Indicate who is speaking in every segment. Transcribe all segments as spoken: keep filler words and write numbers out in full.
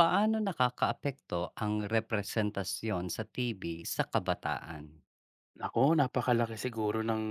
Speaker 1: Paano nakakaapekto ang representasyon sa T V sa kabataan?
Speaker 2: Nako, napakalaki siguro ng,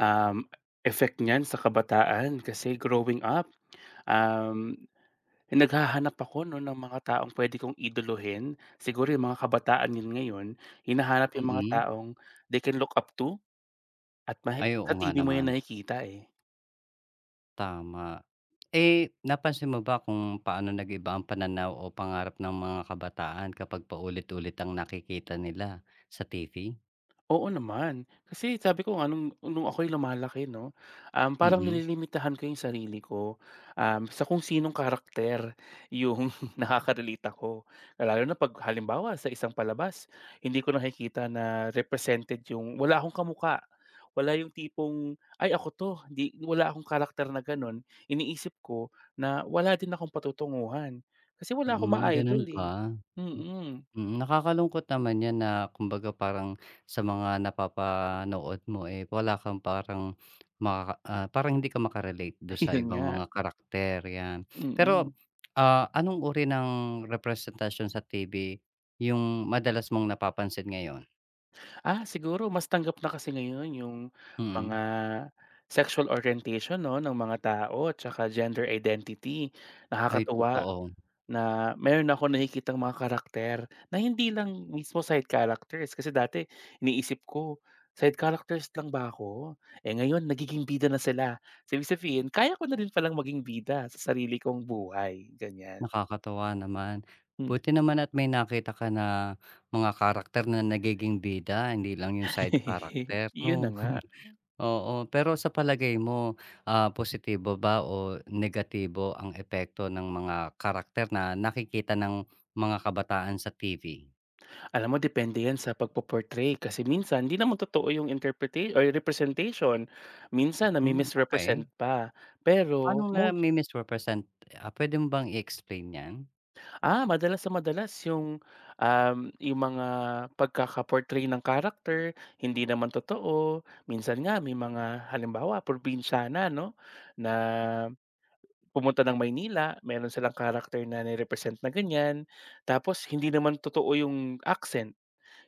Speaker 2: um, effect niyan sa kabataan kasi growing up, um, naghahanap ako 'no ng mga taong puwede kong idolohin. Siguro yung mga kabataan yun ngayon, hinahanap yung mga
Speaker 1: Mm.
Speaker 2: taong they can look up to at mahi
Speaker 1: Ay, oo
Speaker 2: sa
Speaker 1: nga
Speaker 2: T V mo
Speaker 1: naman,
Speaker 2: yan nakikita, eh.
Speaker 1: tama. Eh, napansin mo ba kung paano nag-iba ang pananaw o pangarap ng mga kabataan kapag paulit-ulit ang nakikita nila sa T V?
Speaker 2: Oo naman. Kasi sabi ko nga nung nung ako'y lumalaki 'no, um, parang
Speaker 1: Mm.
Speaker 2: nililimitahan ko yung sarili ko, um, sa kung sinong karakter yung nakaka-relate ako. Lalo na 'pag halimbawa sa isang palabas, hindi ko nakikita na represented yung wala akong kamukha. Wala yung tipong, "Ay ako 'to." Di, wala akong karakter na gano'n. Iniisip ko na wala din akong patutunguhan kasi wala akong
Speaker 1: Hmm,
Speaker 2: ma-idol,
Speaker 1: ganun
Speaker 2: eh.
Speaker 1: ba?
Speaker 2: Mm.
Speaker 1: Mm, nakakalungkot naman 'yan na kumbaga parang sa mga napapanood mo, eh, wala kang parang makaka ah, parang hindi ka makarelate do sa
Speaker 2: Ayun
Speaker 1: ibang
Speaker 2: nga.
Speaker 1: mga karakter, 'yan. Pero,
Speaker 2: Mm.
Speaker 1: ah, anong uri ng representation sa T V yung madalas mong napapansin ngayon?
Speaker 2: Ah, siguro mas tanggap na kasi ngayon yung mga
Speaker 1: Mm.
Speaker 2: sexual orientation 'no, ng mga tao at tsaka gender identity.
Speaker 1: Ay,
Speaker 2: Nakakatuwa
Speaker 1: totoo.
Speaker 2: na meron akong nakikitang mga karakter na hindi lang mismo side characters. Kasi dati iniisip ko, "Side characters lang ba ako?" Eh, ngayon nagiging bida na sila. So, ibig sabihin kaya ko na rin palang maging bida sa sarili kong buhay, ganyan.
Speaker 1: Nakakatuwa naman.
Speaker 2: Hmm.
Speaker 1: Buti naman at may nakita ka na mga karakter na nagiging bida, hindi lang yung side character,
Speaker 2: Yun na
Speaker 1: 'no?
Speaker 2: nga.
Speaker 1: Oo, pero sa palagay mo, ah, positibo ba o negatibo ang epekto ng mga karakter na nakikita ng mga kabataan sa T V?
Speaker 2: Alam mo, depende 'yan sa pagpo-portray kasi minsan hindi naman totoo yung interpretation or representation. Minsan
Speaker 1: Hmm, okey.
Speaker 2: nami-misrepresent pa. Pero
Speaker 1: Paanong
Speaker 2: mo,
Speaker 1: nami-misrepresent, ah, puwede mo bang i-explain 'yan?
Speaker 2: ah, madalas sa madalas yung, um, yung mga pagkaka-portray ng character hindi naman totoo. Minsan nga may mga halimbawa probinsyana 'no, na pumunta ng Maynila, meron silang character na nirepresent na ganyan, tapos hindi naman totoo yung accent.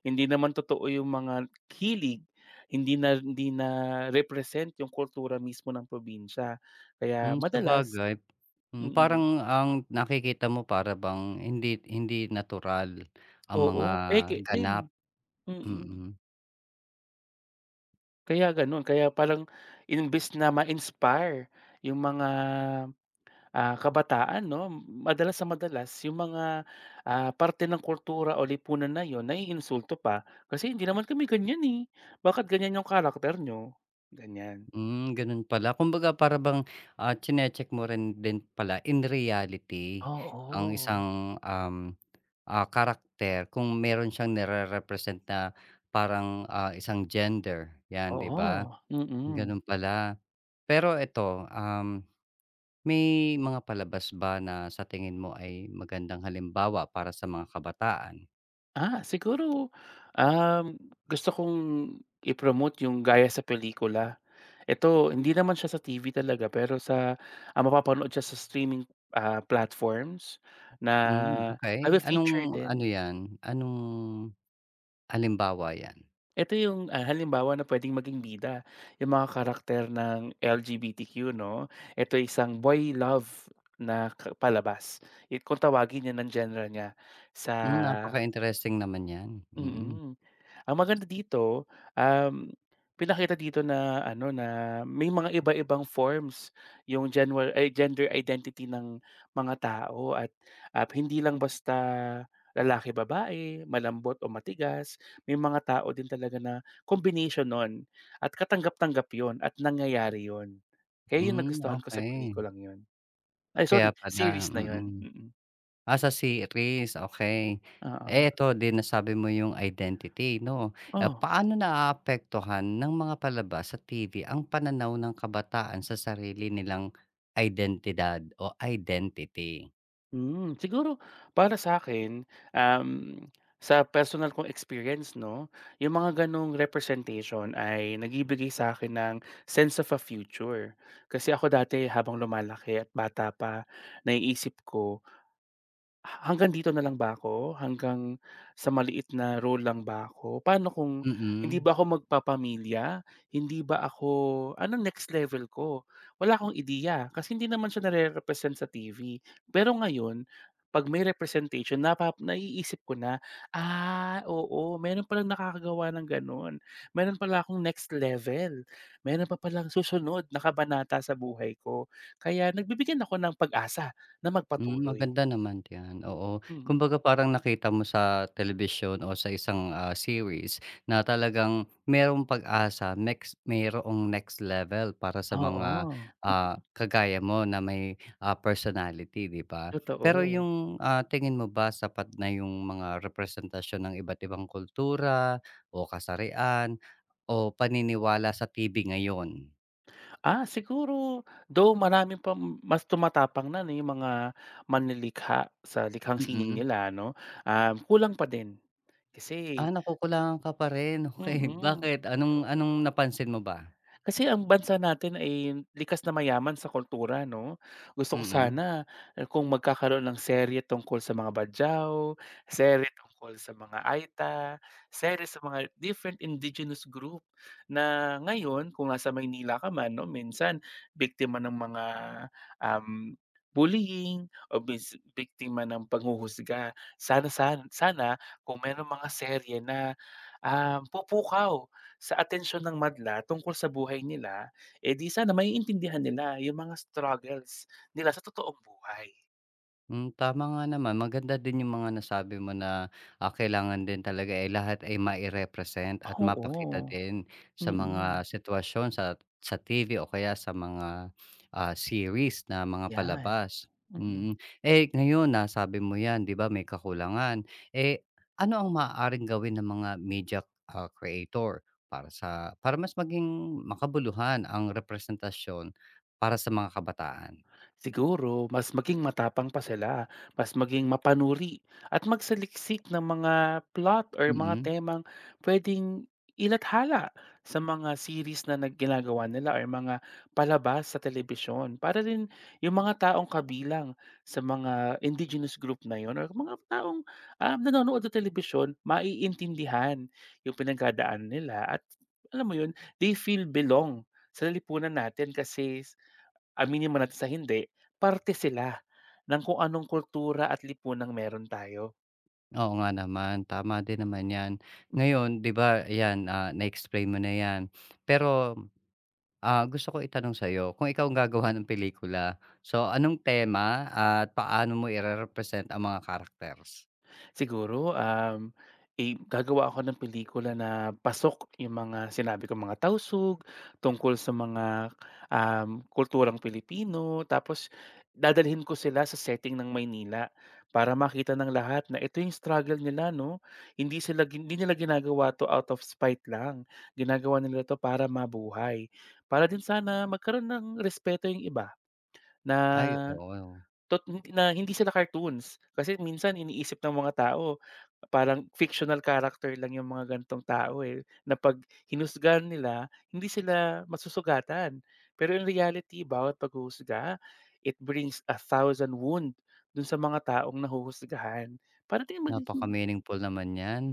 Speaker 2: Hindi naman totoo yung mga hilig, hindi na hindi na-represent yung kultura mismo ng probinsya. Kaya
Speaker 1: Hmm,
Speaker 2: madalas,
Speaker 1: sabagay, hmm,
Speaker 2: mm,
Speaker 1: parang ang nakikita mo para bang hindi hindi natural ang mga
Speaker 2: oo, peke din,
Speaker 1: ganap,
Speaker 2: mm.
Speaker 1: mm.
Speaker 2: Kaya gano'n, kaya parang imbes na ma-inspire yung mga, ah, kabataan 'no, madalas sa madalas yung mga, ah, parte ng kultura o lipunan na yun naiinsulto pa, kasi "Hindi naman kami ganyan, eh, bakit ganyan yung karakter niyo?" Ganyan,
Speaker 1: Hmm, ganun pala. Kumbaga para bang, ah, chine-check mo rin din pala in reality ang
Speaker 2: oo.
Speaker 1: isang, um, ah, karakter kung meron siyang nire-represent na parang, ah, isang gender, 'yan, 'di ba?
Speaker 2: Oo, mm.
Speaker 1: Ganun pala. Pero eto, um, may mga palabas ba na sa tingin mo ay magandang halimbawa para sa mga kabataan?
Speaker 2: Ah, siguro, um, gusto kong i-promote yung gaya sa pelikula. Ito, hindi naman siya sa T V talaga pero sa, ah, mapapanood siya sa streaming, ah, platforms na
Speaker 1: Hmm,
Speaker 2: have
Speaker 1: okey.
Speaker 2: a feature
Speaker 1: Anong ano
Speaker 2: din.
Speaker 1: 'yan, anong halimbawa 'yan?
Speaker 2: Ito yung, ah, halimbawa na pwedeng maging bida, yung mga karakter ng L G B T Q 'no. Ito isang boy love na ka palabas. Eh, kung tawagin 'yan ang genre niya sa,
Speaker 1: Hmm, napaka-interesting naman 'yan,
Speaker 2: mm.
Speaker 1: mm.
Speaker 2: Mm. Ang maganda dito, um, pinakita dito na ano, na may mga iba-ibang forms yung genwar ay gender identity ng mga tao at, ah, hindi lang basta lalaki-babae, malambot o matigas. May mga tao din talaga na combination nun at katanggap-tanggap yon at nangyayari yon. Kaya yun
Speaker 1: Hmm,
Speaker 2: nagustuhan ko sa
Speaker 1: okey.
Speaker 2: pelikulang yon. Ay,
Speaker 1: Kaya
Speaker 2: sorry,
Speaker 1: pala,
Speaker 2: series na yon.
Speaker 1: mm.
Speaker 2: Mm.
Speaker 1: Ah, sa series, okey.
Speaker 2: Oo.
Speaker 1: Eh, eto din nasabi mo yung identity 'no. Ah,
Speaker 2: Oh.
Speaker 1: paano naaapektuhan ng mga palabas sa T V ang pananaw ng kabataan sa sarili nilang identidad o identity?
Speaker 2: Hmm, siguro para sa'kin, um, sa personal kong experience 'no, yung mga gano'ng representation ay nagibigay sa akin ng sense of a future. Kasi ako dati habang lumalaki at bata pa, naiisip ko, "Hanggang dito na lang ba ako? Hanggang sa maliit na role lang ba ako? Paano kung hindi
Speaker 1: Mm.
Speaker 2: ba ako magpapamilya? Hindi ba ako anong next level ko?" Wala akong ideya kasi hindi naman siya nare-represent sa T V. Pero ngayon, 'pag may representation napa naiisip ko na, "Ah, oo, meron palang nakakagawa ng gano'n. Meron pala akong next level. Meron pa palang susunod na kabanata sa buhay ko." Kaya nagbibigyan ako ng pag-asa na
Speaker 1: Hmm,
Speaker 2: magpatuloy.
Speaker 1: maganda naman 'yan, oo.
Speaker 2: Mm.
Speaker 1: Kumbaga parang nakita mo sa telebisyon o sa isang, ah, series na talagang merong pag-asa, next mayroong next level para sa mga,
Speaker 2: Oo,
Speaker 1: ah, kagaya mo na may, ah, personality, 'di ba? Pero
Speaker 2: totoo.
Speaker 1: yung, ah, tingin mo ba sapat na yung mga representasyon ng iba't ibang kultura o kasarian o paniniwala sa T V ngayon?
Speaker 2: Ah, siguro though marami pa mas tumatapang na 'no, yung mga manlilikha sa likhang sining
Speaker 1: Mm.
Speaker 2: nila 'no, um, kulang pa din
Speaker 1: Ah,
Speaker 2: kasi,
Speaker 1: nakukulangan ka pa rin, okey.
Speaker 2: mm.
Speaker 1: Bakit anong anong napansin mo ba?
Speaker 2: Kasi ang bansa natin ay likas na mayaman sa kultura 'no. Gusto ko
Speaker 1: Mm.
Speaker 2: sana, eh, kung magkakaroon ng serye tungkol sa mga Badjao, serye tungkol sa mga Aita, serye sa mga different indigenous group na ngayon kung nasa Maynila ka man 'no, minsan biktima ng mga, um, bullying o bis biktima ng panghuhusga. Sana san sana kung merong mga serye na, um, pupukaw sa atensyon ng madla tungkol sa buhay nila, eh, di sana maiintindihan nila yung mga struggles nila sa totoong buhay.
Speaker 1: Hmm, tama nga naman. Maganda din yung mga nasabi mo na, ah, kailangan din talaga, eh, lahat ay mai-represent at mapakita
Speaker 2: Oo,
Speaker 1: din sa mga
Speaker 2: mm.
Speaker 1: sitwasyon sa sa T V o kaya sa mga, ah, series na mga
Speaker 2: 'Yan,
Speaker 1: palabas.
Speaker 2: mm.
Speaker 1: Mm. mm. Eh, ngayon nasabi mo 'yan, 'di ba, may kakulangan. Eh, ano ang maaaring gawin ng mga media, ah, creator para sa para mas maging makabuluhan ang representasyon para sa mga kabataan?
Speaker 2: Siguro mas maging matapang pa sila, mas maging mapanuri at magsaliksik ng mga plot or mga
Speaker 1: Mm.
Speaker 2: temang puwedeng ilathala sa mga series na nag ginagawa nila or mga palabas sa telebisyon. Para rin yung mga taong kabilang sa mga indigenous group na yon, or mga taong, um, nanonood ng telebisyon maiintindihan yung pinagdadaanan nila at alam mo yun, they feel belong sa lipunan natin kasi aminin man natin sa hindi, parte sila ng kung anong kultura at lipunang meron tayo.
Speaker 1: Oo nga naman, tama din naman 'yan. Ngayon, 'di ba, ayan, ah, na-explain mo na 'yan. Pero, ah, gusto ko itanong sa'yo, kung ikaw ang gagawa ng pelikula, so anong tema at paano mo irerepresent ang mga characters?
Speaker 2: Siguro, um, i gagawa ako ng pelikula na pasok yung mga sinabi ko mga tausug tungkol sa mga, um, kulturang Pilipino. Tapos dadalhin ko sila sa setting ng Maynila para makita ng lahat na ito yung struggle nila 'no. Hindi sila gin hindi nila ginagawa 'to out of spite lang, ginagawa nila 'to para mabuhay. Para din sana magkaroon ng respeto yung iba na
Speaker 1: Ay, oo.
Speaker 2: Tot na hindi sila cartoons. Kasi minsan iniisip ng mga tao parang fictional character lang yung mga ganitong tao, eh, na 'pag hinusgahan nila hindi sila masusugatan. Pero in reality bawat paghuhusga, it brings a thousand wound dun sa mga taong nahuhusgahan. Para din magiging
Speaker 1: Napaka-meaningful naman niyan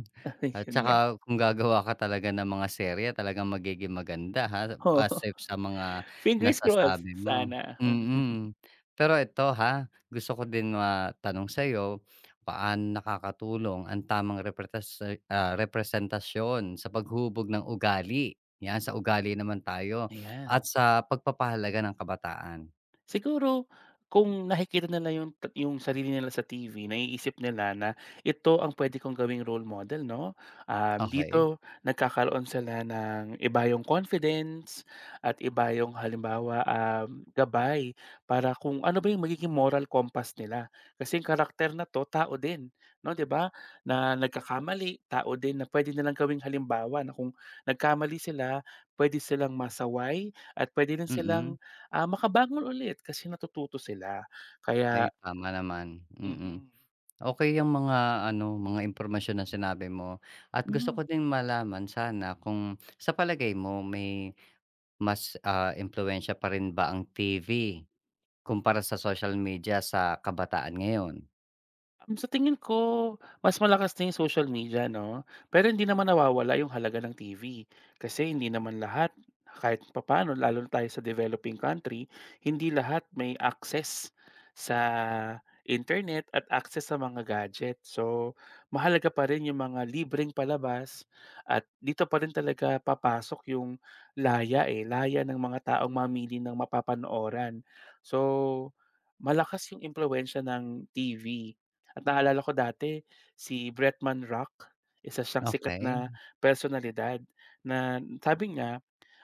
Speaker 1: at
Speaker 2: yun nga,
Speaker 1: saka kung gagawa ka talaga ng mga serye talagang magiging maganda ha,
Speaker 2: oo.
Speaker 1: aside sa mga
Speaker 2: Fingers crossed,
Speaker 1: nasasabi mo.
Speaker 2: sana, mm.
Speaker 1: Mm. Pero ito ha, gusto ko din matanong sa'yo, paano nakakatulong ang tamang repretas ah, representasyon sa paghubog ng ugali? 'Yan, sa ugali naman tayo at
Speaker 2: Ayan.
Speaker 1: sa pagpapahalaga ng kabataan.
Speaker 2: Siguro kung nakikita nila yung ta yung sarili nila sa T V, naiisip nila na ito ang puwede kong gawing role model 'no. Um,
Speaker 1: Okey,
Speaker 2: dito nagkakaroon sila ng iba yung confidence at iba yung halimbawa, um, gabay para kung ano ba yung magiging moral compass nila. Kasi yung karakter na 'to tao din 'no, 'di ba, na nagkakamali, tao din na puwede nilang gawing halimbawa na kung nagkamali sila, puwede silang masaway at puwede rin silang,
Speaker 1: mm.
Speaker 2: ah, makabangon ulit kasi natututo sila kaya.
Speaker 1: Ay, tama naman, mm.
Speaker 2: Mm-mm.
Speaker 1: Okey yang mga ano, mga impormasyon na sinabi mo at
Speaker 2: Mm.
Speaker 1: gusto ko
Speaker 2: Mhm.
Speaker 1: din malaman sana kung sa palagay mo may mas, ah, impluwensiya pa rin ba ang T V kumpara sa social media sa kabataan ngayon?
Speaker 2: Um, sa tingin ko, mas malakas na yung social media 'no, pero hindi naman nawawala yung halaga ng T V. Kasi hindi naman lahat kahit papaano lalo na tayo sa developing country, hindi lahat may access sa internet at access sa mga gadget. So, mahalaga pa rin yung mga libreng palabas at dito pa rin talaga papasok yung laya, eh, laya ng mga taong mamili ng mapapanooran. So, malakas yung impluwensiya ng T V. At naalala ko dati si Bretman Rock, isa siyang sikat
Speaker 1: Okey.
Speaker 2: na personalidad na sabi niya,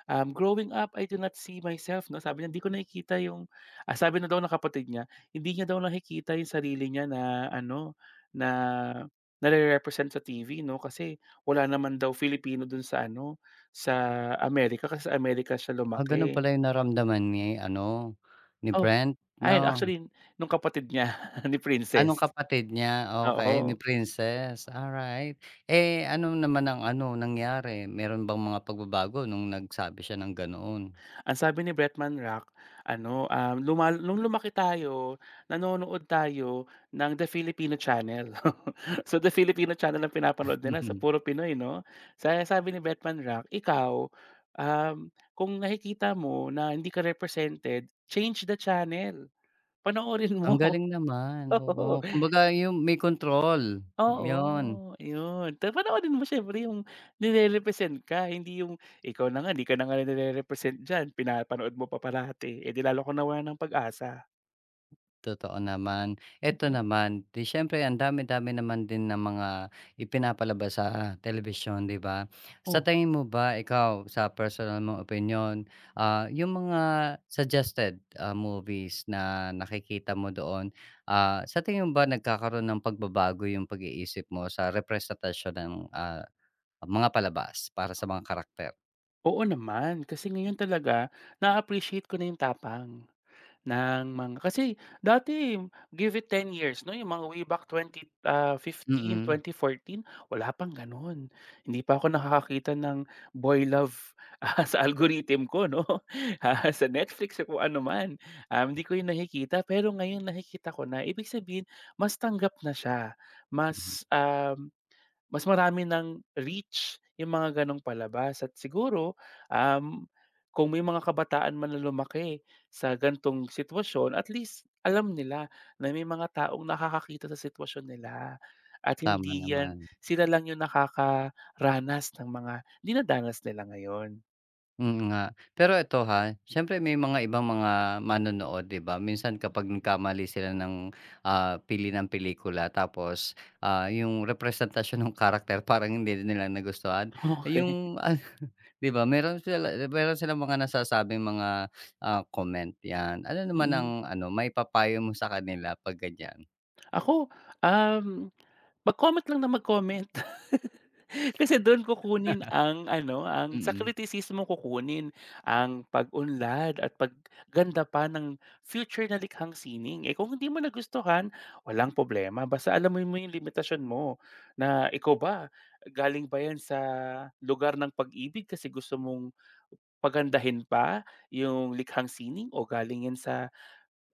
Speaker 2: um, "Growing up, I do not see myself," 'no, sabi niya, "Hindi ko nakikita yung" ah, sabi na daw ng kapatid niya, hindi niya daw nakikita yung sarili niya na ano, na nare-represent sa T V 'no, kasi wala naman daw Filipino dun sa ano, sa Amerika kasi sa Amerika siya
Speaker 1: Ah, gano'n
Speaker 2: lumaki.
Speaker 1: pala yung naramdaman ni ano, ni
Speaker 2: Oh,
Speaker 1: Brent
Speaker 2: ayun
Speaker 1: 'no?
Speaker 2: actually nung kapatid niya ni
Speaker 1: Anong
Speaker 2: Princess,
Speaker 1: kapatid niya? Okey, ni
Speaker 2: oo.
Speaker 1: Princess, alright. Eh, ano naman ang ano nangyari, meron bang mga pagbabago nung nagsabi siya ng ganoon?
Speaker 2: Ang sabi ni Bretman Rock, ano, um, luma nung lumaki tayo nanonood tayo ng The Filipino Channel. So, The Filipino Channel ang pinapanood nila, sa puro Pinoy 'no? Sa sabi ni Bretman Rock, ikaw, um, kung nakikita mo na hindi ka represented, change the channel, panoorin
Speaker 1: Ang
Speaker 2: mo.
Speaker 1: galing naman, oo. Kumbaga yung may control, yun.
Speaker 2: Oo, yun. Ta panoorin mo siyempre yung nire-represent ka, hindi yung ikaw na nga, 'di ka na nga nire-represent diyan, pinapanood mo pa parati, eh, 'di lalo kang nawawalan ng pag-asa.
Speaker 1: Totoo naman. Eto
Speaker 2: Mhm.
Speaker 1: naman, 'di siyempre ang dami-dami naman din ng mga ipinapalabas sa telebisyon, 'di ba? Sa
Speaker 2: Oh,
Speaker 1: tingin mo ba, ikaw sa personal mong opinyon, ah, yung mga suggested, ah, movies na nakikita mo doon, ah, sa tingin mo ba nagkakaroon ng pagbabago yung pag-iisip mo sa representasyon ng, ah, mga palabas para sa mga karakter?
Speaker 2: oo naman. Kasi ngayon talaga na appreciate ko na yung tapang. Ng mga kasi dati give it ten years 'no, yung mga way back twenty ah, fifteen,
Speaker 1: Mm.
Speaker 2: twenty fourteen wala pang gano'n. Hindi pa ako nakakakita ng boy love, ah, sa algorithm ko 'no, ah, sa Netflix o kung ano man. Um, hindi ko yun nakikita pero ngayon nakikita ko na. Ibig sabihin mas tanggap na siya, mas, um, mas marami ng reach yung mga gano'ng palabas at siguro, um, kung may mga kabataan man na lumaki sa gantong sitwasyon, at least alam nila na may mga taong nakakakita sa sitwasyon nila at
Speaker 1: Tama
Speaker 2: hindi yan
Speaker 1: naman,
Speaker 2: sila lang yung nakakaranas ng mga dinadanas nila ngayon.
Speaker 1: mm nga. Pero eto ha, siyempre may mga ibang mga manonood 'di ba, minsan kapag nagkamali sila ng, ah, pili ng pelikula tapos, ah, yung representasyon ng karakter parang hindi nila nagustuhan, Ay,
Speaker 2: Okey,
Speaker 1: yung ah, 'di ba meron sila meron silang mga nasasabing mga, ah, comment 'yan. Ano naman
Speaker 2: mm.
Speaker 1: ang ano maipapayo mo sa kanila 'pag ganyan?
Speaker 2: Ako, um, mag-comment lang ng mag-comment. Kasi dun kukunin ang ano, ang sa
Speaker 1: Mm.
Speaker 2: kritisismong kukunin ang pag-unlad at pagganda pa ng future na likhang sining. Eh, kung hindi mo nagustuhan, walang problema basta alamin mo mo yung limitasyon mo na ikaw ba, galing ba yan sa lugar ng pag-ibig kasi gusto mong pagandahin pa yung likhang sining o galing yan sa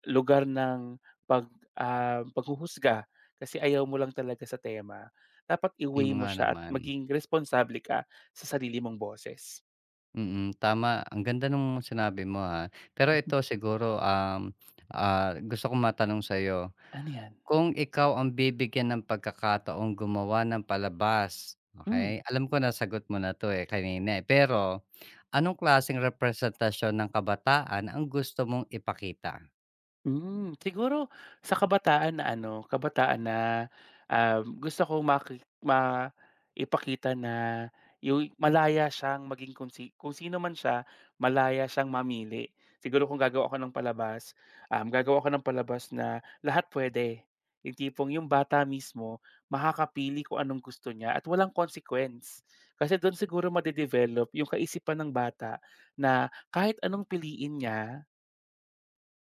Speaker 2: lugar ng pag, ah, paghuhusga kasi ayaw mo lang talaga sa tema, dapat
Speaker 1: Hmm,
Speaker 2: i-weigh mo
Speaker 1: nga
Speaker 2: siya at
Speaker 1: naman.
Speaker 2: maging responsable ka sa sarili mong boses.
Speaker 1: Mm, tama. Ang ganda nung sinabi mo, ha Pero ito siguro, um, ah, gusto kong matanong sa'yo.
Speaker 2: Ano 'yan?
Speaker 1: Kung ikaw ang bibigyan ng pagkakataong gumawa ng palabas,
Speaker 2: Hmm.
Speaker 1: okay Alam ko na sagot mo na 'to, eh, kanina, eh. Pero anong klaseng representasyon ng kabataan ang gusto mong ipakita?
Speaker 2: Hmm, siguro sa kabataan na ano, kabataan na, um, gusto kong maki ma ipakita na yung malaya siyang maging kung si kung sino man siya, malaya siyang mamili. Siguro kung gagawa ako ng palabas, um, gagawa ako ng palabas na lahat pwede. Yung tipong yung bata mismo makakapili kung anong gusto niya at walang consequence. Kasi dun siguro madedevelop yung kaisipan ng bata na kahit anong piliin niya.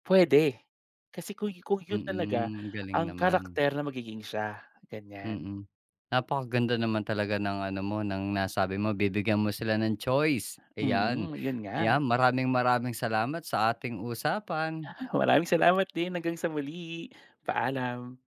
Speaker 2: Puwede. Kasi kung kung yun talaga
Speaker 1: Mm, galing
Speaker 2: ang
Speaker 1: naman.
Speaker 2: karakter na magiging siya, ganyan.
Speaker 1: Mm. Napakaganda naman talaga ng ano mo, ng nasabi mo, bibigyan mo sila ng choice, ayan.
Speaker 2: Mm, yun nga.
Speaker 1: Ayan, maraming maraming salamat sa ating usapan.
Speaker 2: Maraming salamat din. Hanggang sa muli. Paalam.